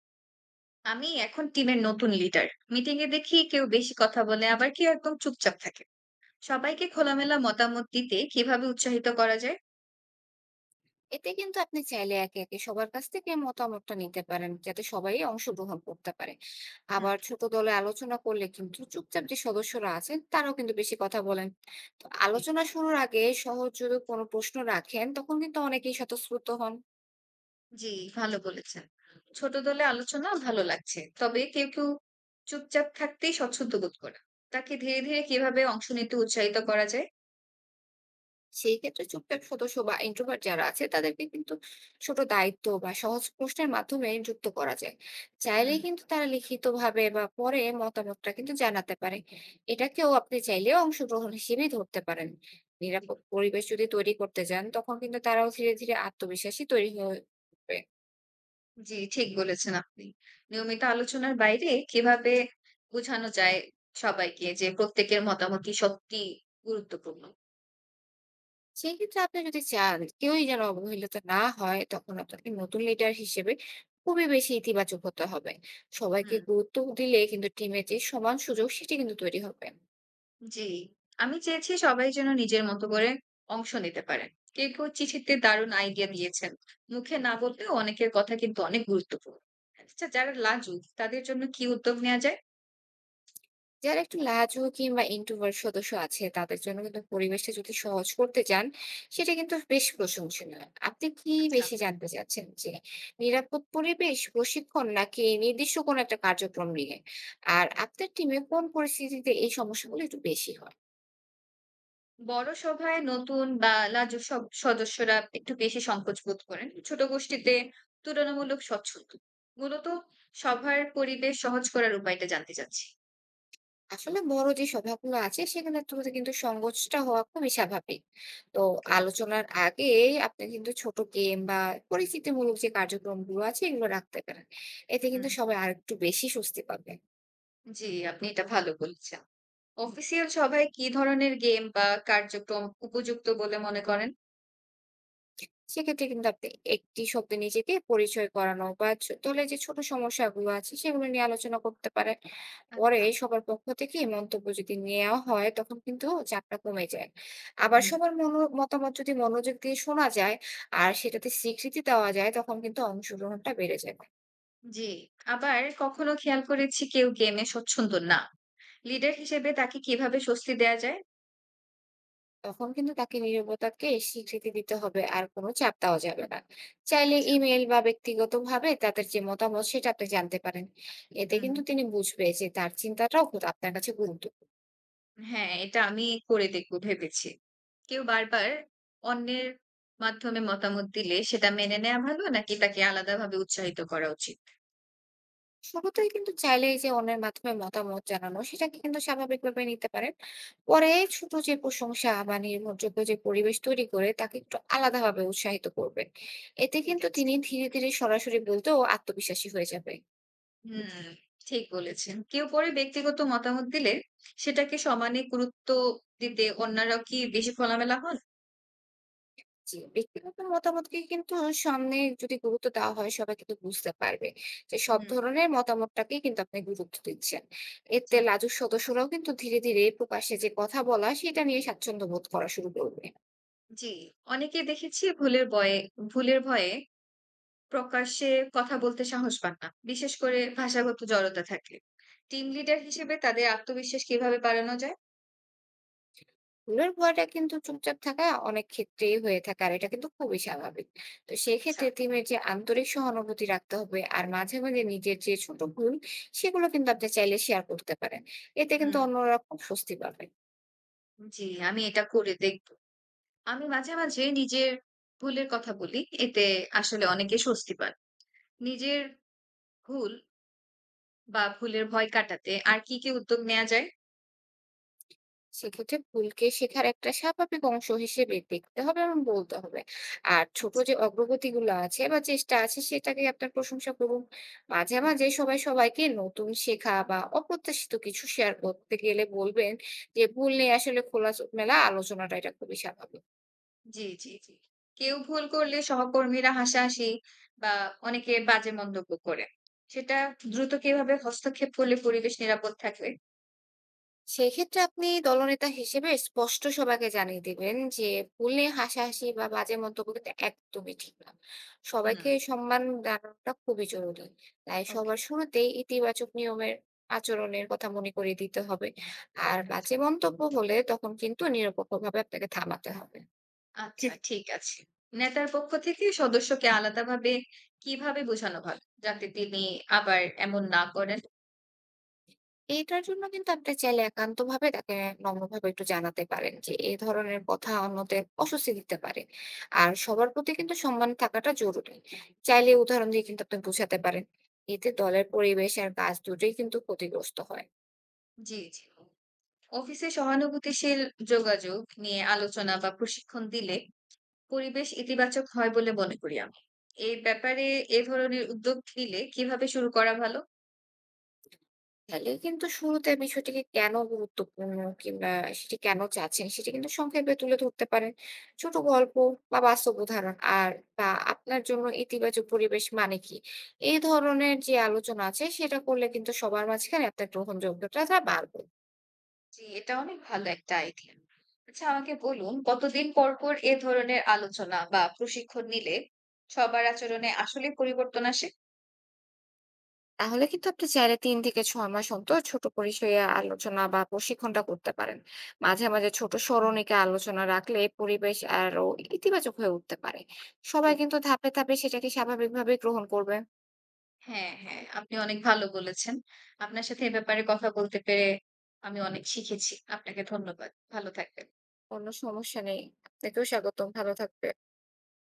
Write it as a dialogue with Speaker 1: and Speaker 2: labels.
Speaker 1: আমি এখন টিমের নতুন লিডার। মিটিং এ দেখি কেউ বেশি কথা বলে, আবার কেউ একদম চুপচাপ থাকে। সবাইকে খোলামেলা মতামত দিতে কিভাবে উৎসাহিত করা যায়?
Speaker 2: এতে কিন্তু আপনি চাইলে একে একে সবার কাছ থেকে মতামতটা নিতে পারেন, যাতে সবাই অংশগ্রহণ করতে পারে।
Speaker 1: হুম,
Speaker 2: আবার ছোট দলে আলোচনা করলে কিন্তু চুপচাপ যে সদস্যরা আছেন তারাও কিন্তু বেশি কথা বলেন। তো
Speaker 1: জি
Speaker 2: আলোচনা শুরুর আগে সহজ যদি কোনো প্রশ্ন রাখেন তখন কিন্তু অনেকেই স্বতঃস্ফূর্ত হন।
Speaker 1: জি, ভালো বলেছেন। ছোট দলে আলোচনা ভালো লাগছে, তবে কেউ কেউ চুপচাপ থাকতেই স্বচ্ছন্দ বোধ করে। তাকে ধীরে ধীরে কিভাবে অংশ নিতে উৎসাহিত করা যায়?
Speaker 2: সেই ক্ষেত্রে চুপচাপ সদস্য বা ইন্ট্রোভার্ট যারা আছে তাদেরকে কিন্তু ছোট দায়িত্ব বা সহজ প্রশ্নের মাধ্যমে যুক্ত করা যায়।
Speaker 1: হুম,
Speaker 2: চাইলেই কিন্তু তারা লিখিত ভাবে বা পরে মতামতটা কিন্তু জানাতে পারে। এটাকেও আপনি চাইলে অংশগ্রহণ হিসেবেই ধরতে পারেন।
Speaker 1: জি
Speaker 2: নিরাপদ পরিবেশ যদি তৈরি করতে যান তখন কিন্তু তারাও ধীরে ধীরে আত্মবিশ্বাসী তৈরি হয়ে উঠবে।
Speaker 1: জি, ঠিক বলেছেন আপনি। নিয়মিত আলোচনার বাইরে কিভাবে বোঝানো যায় সবাইকে যে প্রত্যেকের মতামতই সত্যি গুরুত্বপূর্ণ?
Speaker 2: সেক্ষেত্রে আপনি যদি চান কেউই যেন অবহেলিত না হয় তখন আপনাকে নতুন লিডার হিসেবে খুবই বেশি ইতিবাচক হতে হবে। সবাইকে
Speaker 1: হুম,
Speaker 2: গুরুত্ব দিলে কিন্তু টিমের যে সমান সুযোগ সেটি কিন্তু তৈরি হবে।
Speaker 1: জি, আমি চেয়েছি সবাই যেন নিজের মতো করে অংশ নিতে পারে। কেউ, কেউ চিঠিতে দারুণ আইডিয়া দিয়েছেন। মুখে না বললেও অনেকের কথা কিন্তু অনেক গুরুত্বপূর্ণ। আচ্ছা, যারা লাজুক তাদের জন্য কি উদ্যোগ নেওয়া যায়?
Speaker 2: যারা একটু লাজুক কিংবা ইন্ট্রোভার্ট সদস্য আছে তাদের জন্য কিন্তু পরিবেশটা যদি সহজ করতে চান, সেটা কিন্তু বেশ প্রশংসনীয়। আপনি কি
Speaker 1: আচ্ছা,
Speaker 2: বেশি জানতে চাচ্ছেন যে নিরাপদ পরিবেশ প্রশিক্ষণ নাকি নির্দিষ্ট কোনো একটা কার্যক্রম নিয়ে? আর আপনার টিমে কোন পরিস্থিতিতে এই সমস্যাগুলো একটু বেশি হয়?
Speaker 1: বড় সভায় নতুন বা লাজুক সব সদস্যরা একটু বেশি সংকোচ বোধ করেন। ছোট গোষ্ঠীতে তুলনামূলক স্বচ্ছন্দ। মূলত সভার পরিবেশ সহজ করার উপায়টা জানতে চাচ্ছি।
Speaker 2: আসলে বড় যে সভাগুলো আছে সেখানে তো কিন্তু সংঘর্ষটা হওয়া খুবই স্বাভাবিক। তো
Speaker 1: ওকে।
Speaker 2: আলোচনার আগে আপনি কিন্তু ছোট গেম বা পরিচিতিমূলক যে কার্যক্রমগুলো আছে এগুলো রাখতে পারেন। এতে
Speaker 1: হুম,
Speaker 2: কিন্তু সবাই আর একটু বেশি স্বস্তি পাবে।
Speaker 1: জি, আপনি এটা ভালো বলেছেন। অফিসিয়াল সভায় কি ধরনের গেম বা কার্যক্রম উপযুক্ত বলে মনে করেন?
Speaker 2: সেক্ষেত্রে কিন্তু আপনি একটি শব্দে নিজেকে পরিচয় করানো বা দলের যে ছোট সমস্যাগুলো আছে সেগুলো নিয়ে আলোচনা করতে পারেন। পরে
Speaker 1: আচ্ছা।
Speaker 2: সবার পক্ষ থেকে এই মন্তব্য যদি নেওয়া হয় তখন কিন্তু চাপটা কমে যায়।
Speaker 1: হুম,
Speaker 2: আবার
Speaker 1: হুম।
Speaker 2: সবার মনো মতামত যদি মনোযোগ দিয়ে শোনা যায় আর সেটাতে স্বীকৃতি দেওয়া যায় তখন কিন্তু অংশগ্রহণটা বেড়ে যাবে।
Speaker 1: জি, আবার কখনো খেয়াল করেছি কেউ গেমে স্বচ্ছন্দ না। লিডার হিসেবে তাকে কিভাবে স্বস্তি দেয়া যায়?
Speaker 2: তখন কিন্তু তাকে নীরবতাকে স্বীকৃতি দিতে হবে আর কোনো চাপ দেওয়া যাবে না। চাইলে ইমেল বা ব্যক্তিগতভাবে তাদের যে মতামত সেটা আপনি জানতে পারেন। এতে
Speaker 1: হুম।
Speaker 2: কিন্তু তিনি বুঝবে যে তার চিন্তাটাও আপনার কাছে গুরুত্ব।
Speaker 1: হ্যাঁ, এটা আমি করে দেখব ভেবেছি। কেউ বারবার অন্যের মাধ্যমে মতামত দিলে সেটা মেনে নেয়া ভালো, নাকি তাকে আলাদাভাবে উৎসাহিত করা উচিত?
Speaker 2: শুরুতেই কিন্তু চাইলে এই যে অন্যের মাধ্যমে মতামত জানানো সেটাকে কিন্তু স্বাভাবিকভাবে নিতে পারেন। পরে ছোট যে প্রশংসা বা নির্ভরযোগ্য যে পরিবেশ তৈরি করে তাকে একটু আলাদাভাবে উৎসাহিত করবেন। এতে
Speaker 1: ঠিক
Speaker 2: কিন্তু
Speaker 1: আছে।
Speaker 2: তিনি ধীরে ধীরে সরাসরি বলতেও আত্মবিশ্বাসী হয়ে যাবে।
Speaker 1: হুম, ঠিক বলেছেন। কেউ পরে ব্যক্তিগত মতামত দিলে সেটাকে সমানে গুরুত্ব দিতে অন্যরাও কি বেশি খোলামেলা হন?
Speaker 2: জি, ব্যক্তিগত মতামতকে কিন্তু সামনে যদি গুরুত্ব দেওয়া হয় সবাই কিন্তু বুঝতে পারবে যে সব
Speaker 1: হুম,
Speaker 2: ধরনের মতামতটাকে কিন্তু আপনি গুরুত্ব দিচ্ছেন। এতে
Speaker 1: জি।
Speaker 2: লাজুক সদস্যরাও কিন্তু ধীরে ধীরে প্রকাশ্যে যে কথা বলা সেটা নিয়ে স্বাচ্ছন্দ্য বোধ করা শুরু করবে।
Speaker 1: জি, অনেকে দেখেছি ভুলের ভয়ে প্রকাশ্যে কথা বলতে সাহস পান না। বিশেষ করে ভাষাগত জড়তা থাকলে। টিম লিডার হিসেবে তাদের আত্মবিশ্বাস কিভাবে বাড়ানো যায়?
Speaker 2: ভুলের ভয়টা কিন্তু চুপচাপ থাকা অনেক ক্ষেত্রেই হয়ে থাকে আর এটা কিন্তু খুবই স্বাভাবিক। তো
Speaker 1: আচ্ছা।
Speaker 2: সেক্ষেত্রে টিমের যে আন্তরিক সহানুভূতি রাখতে হবে আর মাঝে মাঝে নিজের যে ছোট ভুল সেগুলো কিন্তু আপনি চাইলে শেয়ার করতে পারেন। এতে কিন্তু
Speaker 1: হুম,
Speaker 2: অন্যরা খুব স্বস্তি পাবে।
Speaker 1: জি, আমি এটা করে দেখব। আমি মাঝে, মাঝে নিজের ভুলের কথা বলি। এতে আসলে অনেকে স্বস্তি পান। নিজের ভুল বা ভুলের ভয় কাটাতে আর কি, কি উদ্যোগ নেয়া যায়?
Speaker 2: সেক্ষেত্রে ভুলকে শেখার একটা স্বাভাবিক অংশ হিসেবে দেখতে হবে এবং বলতে হবে। আর ছোট
Speaker 1: আচ্ছা।
Speaker 2: যে অগ্রগতিগুলো আছে বা চেষ্টা আছে সেটাকে আপনার প্রশংসা করুন। মাঝে
Speaker 1: হুম,
Speaker 2: মাঝে সবাই সবাইকে নতুন শেখা বা অপ্রত্যাশিত কিছু শেয়ার করতে গেলে বলবেন যে ভুল নিয়ে আসলে খোলামেলা আলোচনাটা এটা খুবই স্বাভাবিক।
Speaker 1: জি, জি, জি। কেউ ভুল করলে সহকর্মীরা হাসাহাসি বা অনেকে বাজে মন্তব্য করে। সেটা দ্রুত কিভাবে হস্তক্ষেপ করলে পরিবেশ নিরাপদ থাকবে?
Speaker 2: সেক্ষেত্রে আপনি দলনেতা হিসেবে স্পষ্ট সবাইকে জানিয়ে দিবেন যে ভুলে হাসাহাসি বা বাজে মন্তব্য কিন্তু একদমই ঠিক না।
Speaker 1: হুম।
Speaker 2: সবাইকে সম্মান জানানোটা খুবই জরুরি। তাই
Speaker 1: ওকে।
Speaker 2: সবার শুরুতেই ইতিবাচক নিয়মের আচরণের কথা মনে করিয়ে দিতে হবে। আর
Speaker 1: আচ্ছা।
Speaker 2: বাজে মন্তব্য হলে তখন কিন্তু নিরপেক্ষভাবে আপনাকে থামাতে হবে।
Speaker 1: আচ্ছা, ঠিক আছে। নেতার পক্ষ থেকে সদস্যকে আলাদাভাবে কিভাবে বোঝানো ভালো, যাতে তিনি আবার এমন না করেন?
Speaker 2: এটার জন্য কিন্তু আপনি চাইলে একান্তভাবে তাকে নম্রভাবে একটু জানাতে পারেন যে এই ধরনের কথা অন্যদের অস্বস্তি দিতে পারে। আর সবার প্রতি কিন্তু সম্মান থাকাটা জরুরি। চাইলে
Speaker 1: জি।
Speaker 2: উদাহরণ দিয়ে কিন্তু আপনি বুঝাতে পারেন। এতে দলের পরিবেশ আর কাজ দুটোই কিন্তু ক্ষতিগ্রস্ত হয়।
Speaker 1: জি, জি। অফিসে সহানুভূতিশীল যোগাযোগ নিয়ে আলোচনা বা প্রশিক্ষণ দিলে পরিবেশ ইতিবাচক হয় বলে মনে করি আমি। এই ব্যাপারে এ ধরনের উদ্যোগ নিলে কিভাবে শুরু করা ভালো?
Speaker 2: তাহলে কিন্তু শুরুতে বিষয়টিকে কেন গুরুত্বপূর্ণ কিংবা সেটি কেন চাচ্ছেন সেটি কিন্তু সংক্ষেপে তুলে ধরতে পারেন। ছোট গল্প বা বাস্তব উদাহরণ আর বা আপনার জন্য ইতিবাচক পরিবেশ মানে কি? এই ধরনের যে আলোচনা আছে সেটা করলে কিন্তু সবার মাঝখানে আপনার গ্রহণযোগ্যতাটা বাড়বে।
Speaker 1: জি, এটা অনেক ভালো একটা আইডিয়া। আচ্ছা, আমাকে বলুন কতদিন পর পর এ ধরনের আলোচনা বা প্রশিক্ষণ নিলে সবার আচরণে আসলে পরিবর্তন আসে?
Speaker 2: তাহলে কিন্তু আপনি চাইলে ৩ থেকে ৬ মাস অন্তর ছোট পরিসরে আলোচনা বা প্রশিক্ষণটা করতে পারেন। মাঝে মাঝে ছোট
Speaker 1: হুম,
Speaker 2: স্মরণিকা আলোচনা রাখলে পরিবেশ আরো ইতিবাচক হয়ে উঠতে পারে। সবাই
Speaker 1: জি।
Speaker 2: কিন্তু ধাপে ধাপে সেটাকে স্বাভাবিকভাবে গ্রহণ করবে।
Speaker 1: হ্যাঁ, হ্যাঁ, আপনি অনেক ভালো বলেছেন। আপনার সাথে এ ব্যাপারে কথা বলতে পেরে আমি অনেক শিখেছি। আপনাকে ধন্যবাদ। ভালো থাকবেন।
Speaker 2: কোনো সমস্যা নেই। আপনাকেও স্বাগতম। ভালো থাকবেন।